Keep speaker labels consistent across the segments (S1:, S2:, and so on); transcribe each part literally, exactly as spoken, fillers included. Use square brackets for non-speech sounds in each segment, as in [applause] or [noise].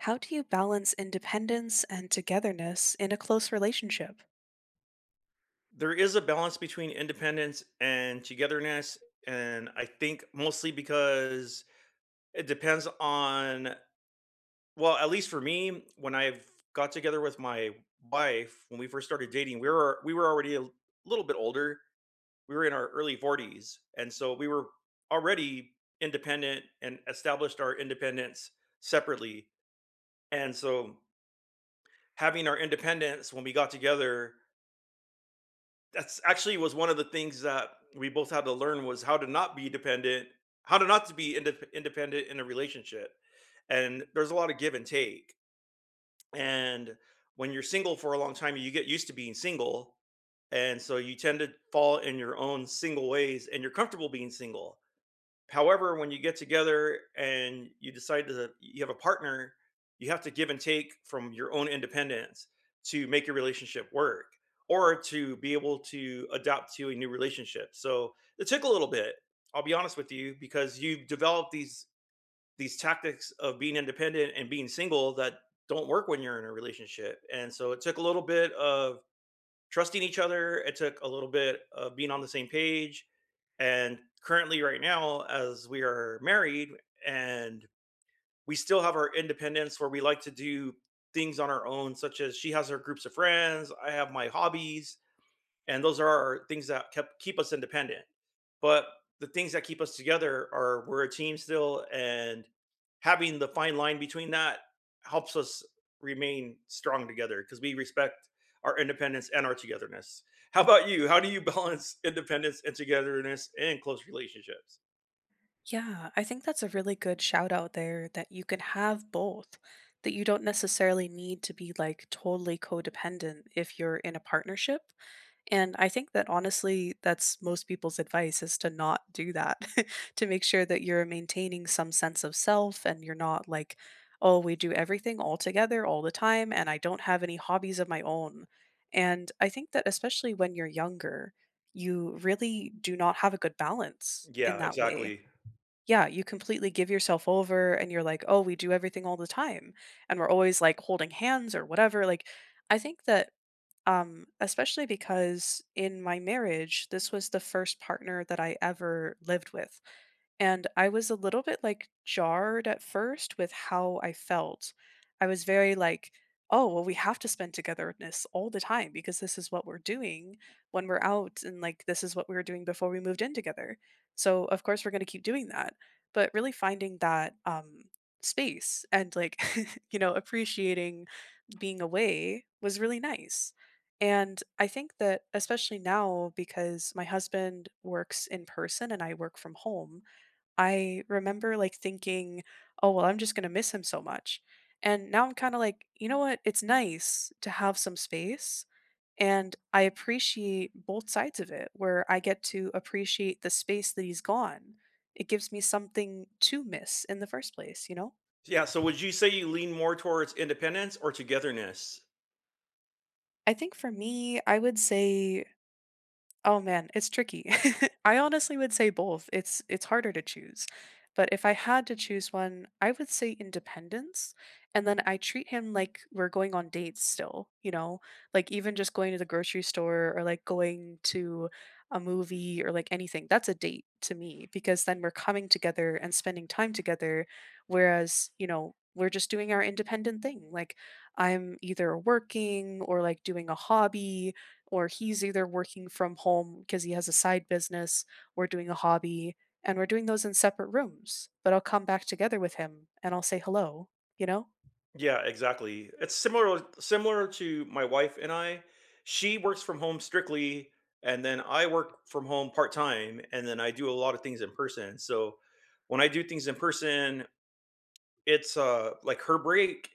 S1: How do you balance independence and togetherness in a close relationship?
S2: There is a balance between independence and togetherness, and I think mostly because it depends on, well, at least for me, when I got together with my wife, when we first started dating, we were we were already a little bit older. We were in our early forties, and so we were already independent and established our independence separately. And so, having our independence when we got together, that's actually was one of the things that we both had to learn was how to not be dependent, how to not to be indep independent in a relationship. And there's a lot of give and take. And when you're single for a long time, you get used to being single. And so you tend to fall in your own single ways and you're comfortable being single. However, when you get together and you decide to you have a partner, you have to give and take from your own independence to make your relationship work or to be able to adapt to a new relationship. So, it took a little bit. I'll be honest with you because you've developed these these tactics of being independent and being single that don't work when you're in a relationship. And so it took a little bit of trusting each other. It took a little bit of being on the same page. And currently, right now, as we are married and we still have our independence where we like to do things on our own, such as she has her groups of friends, I have my hobbies, and those are our things that kept keep us independent. But the things that keep us together are we're a team still, and having the fine line between that helps us remain strong together because we respect our independence and our togetherness. How about you? How do you [laughs] balance independence and togetherness in close relationships?
S1: Yeah, I think that's a really good shout out there that you can have both, that you don't necessarily need to be like totally codependent if you're in a partnership. And I think that honestly, that's most people's advice is to not do that, [laughs] to make sure that you're maintaining some sense of self and you're not like, oh, we do everything all together all the time and I don't have any hobbies of my own. And I think that especially when you're younger, you really do not have a good balance in
S2: Yeah,
S1: that way.
S2: exactly.
S1: Yeah, you completely give yourself over and you're like, oh, we do everything all the time. And we're always like holding hands or whatever. Like, I think that um, especially because in my marriage, this was the first partner that I ever lived with. And I was a little bit like jarred at first with how I felt. I was very like, oh, well, we have to spend togetherness all the time because this is what we're doing when we're out. And like, this is what we were doing before we moved in together. So, of course, we're going to keep doing that. But really finding that um, space and like, [laughs] you know, appreciating being away was really nice. And I think that, especially now, because my husband works in person and I work from home, I remember like thinking, oh, well, I'm just going to miss him so much. And now I'm kind of like, you know what? It's nice to have some space. And I appreciate both sides of it, where I get to appreciate the space that he's gone. It gives me something to miss in the first place, you know?
S2: Yeah, so would you say you lean more towards independence or togetherness?
S1: I think for me, I would say, oh man, it's tricky. [laughs] I honestly would say both. It's it's harder to choose. But if I had to choose one, I would say independence. And then I treat him like we're going on dates still, you know? Like even just going to the grocery store or like going to a movie or like anything. That's a date to me because then we're coming together and spending time together whereas, you know, we're just doing our independent thing. Like I'm either working or like doing a hobby or he's either working from home because he has a side business or doing a hobby, and we're doing those in separate rooms. But I'll come back together with him and I'll say hello, you know?
S2: Yeah, exactly. It's similar similar to my wife and I. She works from home strictly, and then I work from home part-time, and then I do a lot of things in person. So when I do things in person, it's uh like her break.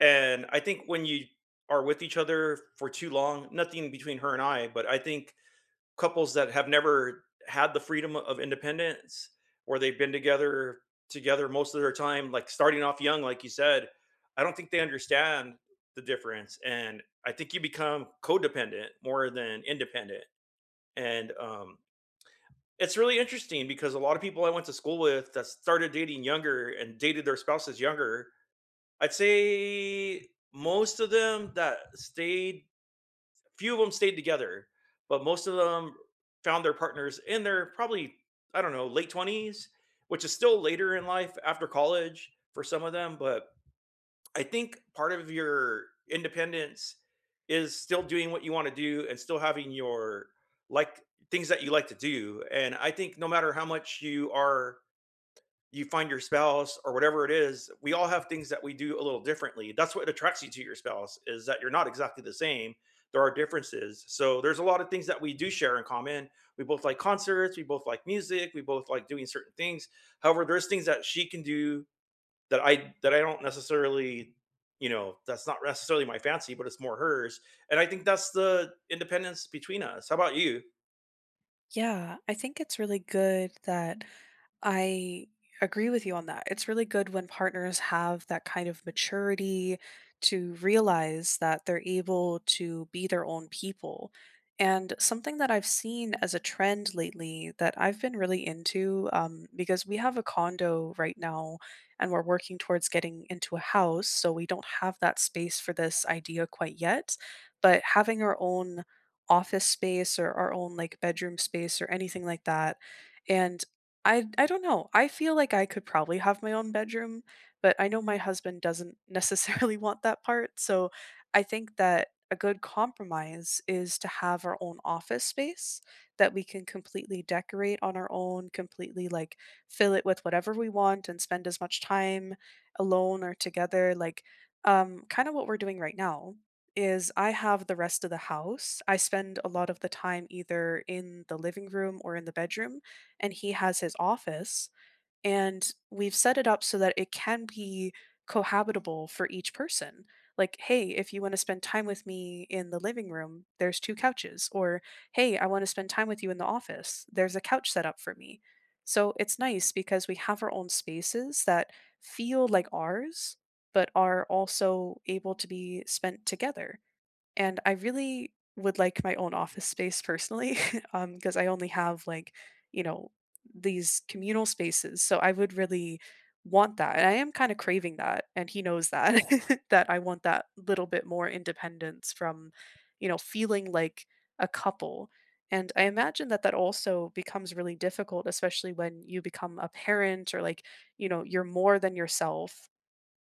S2: And I think when you are with each other for too long, nothing between her and I, but I think couples that have never had the freedom of independence, or they've been together together most of their time, like starting off young like you said, I don't think they understand the difference, and I think you become codependent more than independent. And um it's really interesting because a lot of people I went to school with that started dating younger and dated their spouses younger, I'd say most of them that stayed few of them stayed together, but most of them found their partners in their probably, I don't know, late twenties, which is still later in life after college for some of them. But I think part of your independence is still doing what you want to do and still having your, like, things that you like to do. And I think no matter how much you are you find your spouse or whatever it is, we all have things that we do a little differently. That's what attracts you to your spouse, is that you're not exactly the same. There are differences. So there's a lot of things that we do share in common. We both like concerts, we both like music, we both like doing certain things. However, there's things that she can do that i that i don't necessarily, you know that's not necessarily my fancy, but it's more hers. And I think that's the independence between us. How about you?
S1: Yeah, I think it's really good that I agree with you on that. It's really good when partners have that kind of maturity to realize that they're able to be their own people. And something that I've seen as a trend lately that I've been really into, um, because we have a condo right now and we're working towards getting into a house. So we don't have that space for this idea quite yet. But having our own office space or our own like bedroom space or anything like that. And I I don't know. I feel like I could probably have my own bedroom, but I know my husband doesn't necessarily [laughs] want that part. So I think that a good compromise is to have our own office space that we can completely decorate on our own, completely like fill it with whatever we want and spend as much time alone or together like um kind of what we're doing right now is I have the rest of the house. I spend a lot of the time either in the living room or in the bedroom, and he has his office. And we've set it up so that it can be cohabitable for each person. Like, hey, if you want to spend time with me in the living room, there's two couches. Or, hey, I want to spend time with you in the office, there's a couch set up for me. So it's nice because we have our own spaces that feel like ours, but are also able to be spent together and I really would like my own office space personally, [laughs] um, because I only have like, you know, these communal spaces. So I would really want that. And I am kind of craving that. And he knows that, [laughs] that I want that little bit more independence from, you know, feeling like a couple. And I imagine that that also becomes really difficult, especially when you become a parent or like, you know, you're more than yourself.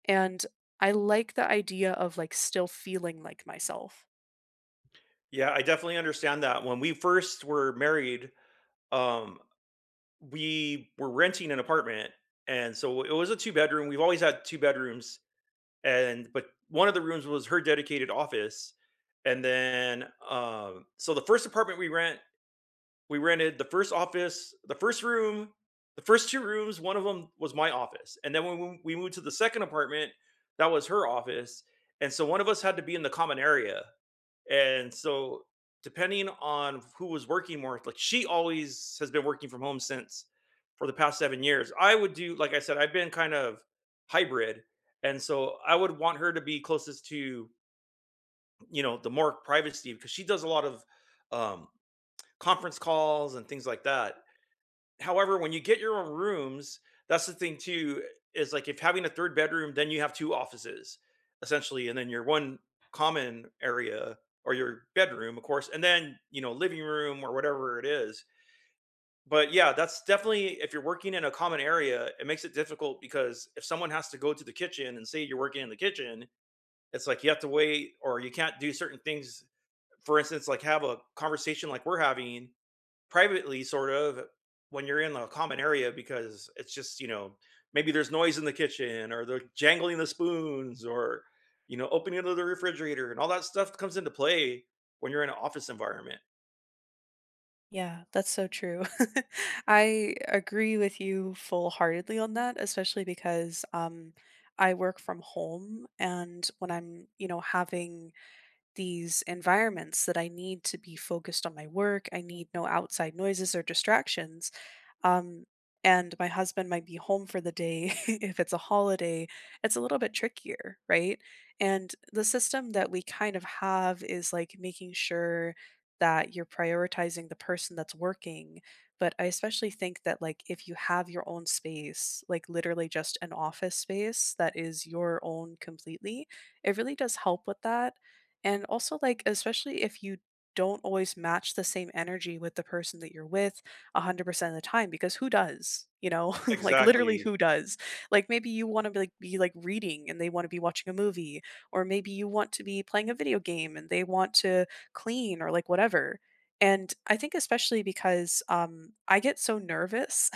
S1: And I like the idea of like still feeling like myself.
S2: Yeah, I definitely understand that. When we first were married, um we were renting an apartment, and so it was a two bedroom. We've always had two bedrooms. And But one of the rooms was her dedicated office. And then um so the first apartment we rent we rented, the first office the first room the first two rooms, one of them was my office. And then when we we moved to the second apartment, that was her office. And so one of us had to be in the common area. And so, depending on who was working more, like, she always has been working from home since for the past seven years. I would do, like I said, I've been kind of hybrid. And so, I would want her to be closest to, you know, the more privacy because she does a lot of um, conference calls and things like that. However, when you get your own rooms, that's the thing too, is like, if having a third bedroom, then you have two offices essentially, and then your one common area, or your bedroom, of course, and then, you know, living room or whatever it is. But yeah, that's definitely, if you're working in a common area, it makes it difficult, because if someone has to go to the kitchen and say you're working in the kitchen, it's like you have to wait or you can't do certain things. For instance, like have a conversation like we're having privately, sort of, when you're in a common area, because it's just, you know, maybe there's noise in the kitchen, or they're jangling the spoons, or, you know, opening up the refrigerator, and all that stuff comes into play when you're in an office environment.
S1: Yeah, that's so true. [laughs] I agree with you full-heartedly on that, especially because um, I work from home, and when I'm, you know, having these environments that I need to be focused on my work. I need no outside noises or distractions. Um, and my husband might be home for the day. [laughs] If it's a holiday, it's a little bit trickier, right? And the system that we kind of have is like making sure that you're prioritizing the person that's working. But I especially think that, like, if you have your own space, like literally just an office space that is your own completely, it really does help with that and also, like, especially if you don't always match the same energy with the person that you're with one hundred percent of the time, because who does? You know, [laughs] like literally
S2: Exactly.
S1: who does? Like maybe you want to be like, be like reading and they want to be watching a movie, or maybe you want to be playing a video game and they want to clean or like whatever. And I think especially because um, I get so nervous,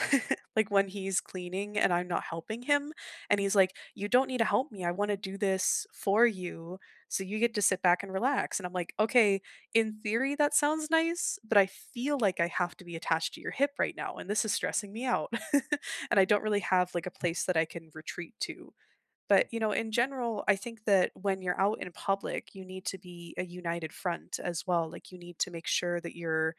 S1: [laughs] like when he's cleaning and I'm not helping him, and he's like, "You don't need to help me. I want to do this for you." So you get to sit back and relax. And I'm like, okay, in theory, that sounds nice, but I feel like I have to be attached to your hip right now. And this is stressing me out. [laughs] And I don't really have like a place that I can retreat to. But, you know, in general, I think that when you're out in public, you need to be a united front as well. Like you need to make sure that you're,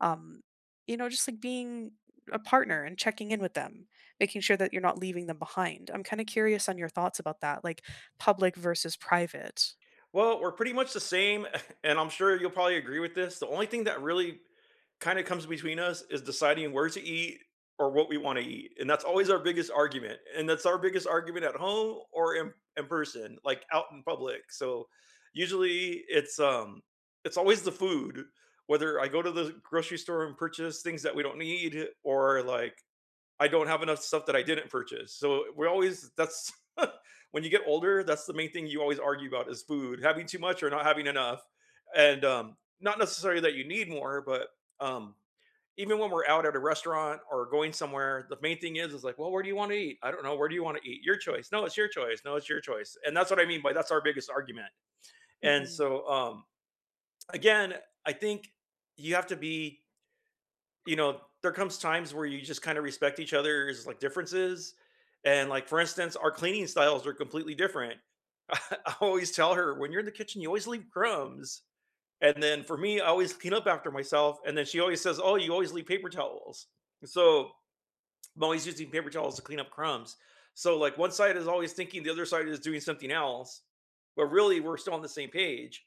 S1: um, you know, just like being a partner and checking in with them, making sure that you're not leaving them behind. I'm kind of curious on your thoughts about that, like public versus private.
S2: Well, we're pretty much the same, [laughs] and I'm sure you'll probably agree with this. The only thing that really kind of comes between us is deciding where to eat or what we want to eat. And that's always our biggest argument. And that's our biggest argument at home or in, in person, like out in public. So usually it's um it's always the food, whether I go to the grocery store and purchase things that we don't need, or like I don't have enough stuff that I didn't purchase. So we're always, that's [laughs] when you get older, that's the main thing you always argue about is food, having too much or not having enough. And um not necessarily that you need more, but um even when we're out at a restaurant or going somewhere, the main thing is is like, well, where do you want to eat? I don't know. Where do you want to eat? Your choice. No, it's your choice. No, it's your choice. And that's what I mean by that's our biggest argument. And
S1: Hmm.
S2: so um again, I think you have to be you know, there comes times where you just kind of respect each other's, like, differences. And, like, for instance, our cleaning styles are completely different. [laughs] I always tell her when you're in the kitchen, you always leave crumbs. And then for me, I always clean up after myself. And then she always says, "Oh, you always leave paper towels." So I'm always using paper towels to clean up crumbs. So, like, one side is always thinking the other side is doing something else, but really we're still on the same page.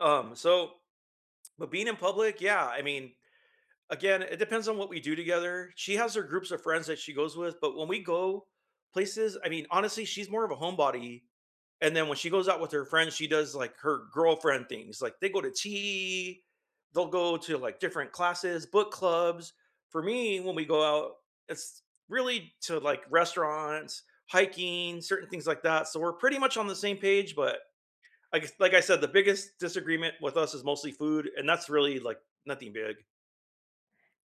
S2: Um, so but being in public, yeah, I mean, again, it depends on what we do together. She has her groups of friends that she goes with, but when we go places, I mean, honestly, she's more of a homebody. And then when she goes out with her friends, she does like her girlfriend things. Like, they go to tea, they'll go to like different classes, book clubs. For me, when we go out, it's really to like restaurants, hiking, certain things like that. So we're pretty much on the same page, but like like I said, the biggest disagreement with us is mostly food, and that's really like nothing big.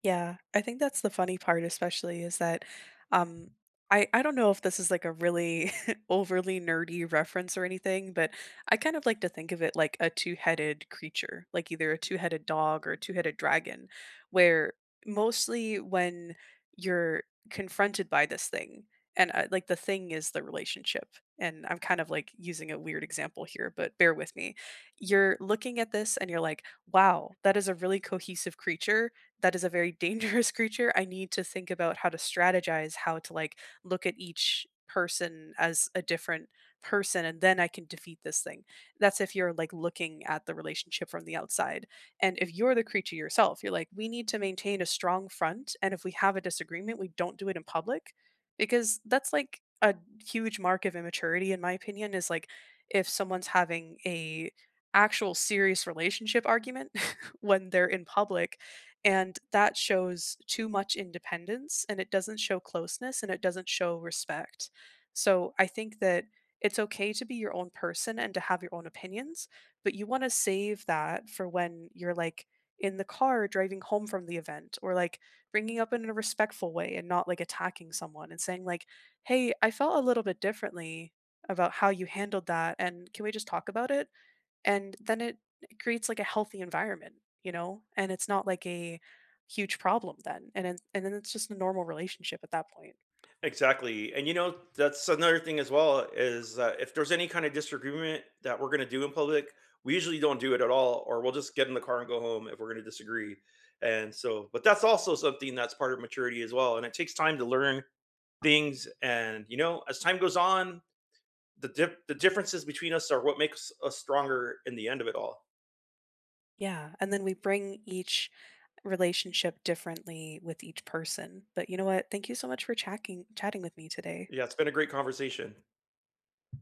S1: Yeah, I think that's the funny part, especially is that um I I don't know if this is like a really [laughs] overly nerdy reference or anything, but I kind of like to think of it like a two-headed creature, like either a two-headed dog or a two-headed dragon, where mostly when you're confronted by this thing and uh, like the thing is the relationship and I'm kind of like using a weird example here but bear with me, you're looking at this and you're like, wow, that is a really cohesive creature, that is a very [laughs] dangerous creature. I need to think about how to strategize, how to like look at each person as a different person, and then I can defeat this thing. That's if you're like looking at the relationship from the outside. And if you're the creature yourself, you're like, we need to maintain a strong front. And if we have a disagreement, we don't do it in public because that's like a huge mark of immaturity, in my opinion, is like if someone's having a actual serious relationship argument [laughs] when they're in public and that shows too much independence and it doesn't show closeness and it doesn't show respect. So I think that it's okay to be your own person and to have your own opinions, but you want to save that for when you're like in the car driving home from the event or like bringing up in a respectful way and not like attacking someone and saying like, "Hey, I felt a little bit differently about how you handled that and can we just talk about it?" And then it it creates, like, a healthy environment, you know, and it's not, like, a huge problem then, and then and then it's just a normal relationship at that point.
S2: Exactly. And you know, that's another thing as well, is uh, if there's any kind of disagreement that we're going to do in public, we usually don't do it at all, or we'll just get in the car and go home if we're going to disagree. And so, but that's also something that's part of maturity as well. And it takes time to learn things. And you know, as time goes on, the dip, the differences between us are what makes us stronger in the end of it all.
S1: Yeah, and then we bring each relationship differently with each person, but you know what? Thank you so much for chatting chatting with me today.
S2: Yeah, it's been a great conversation.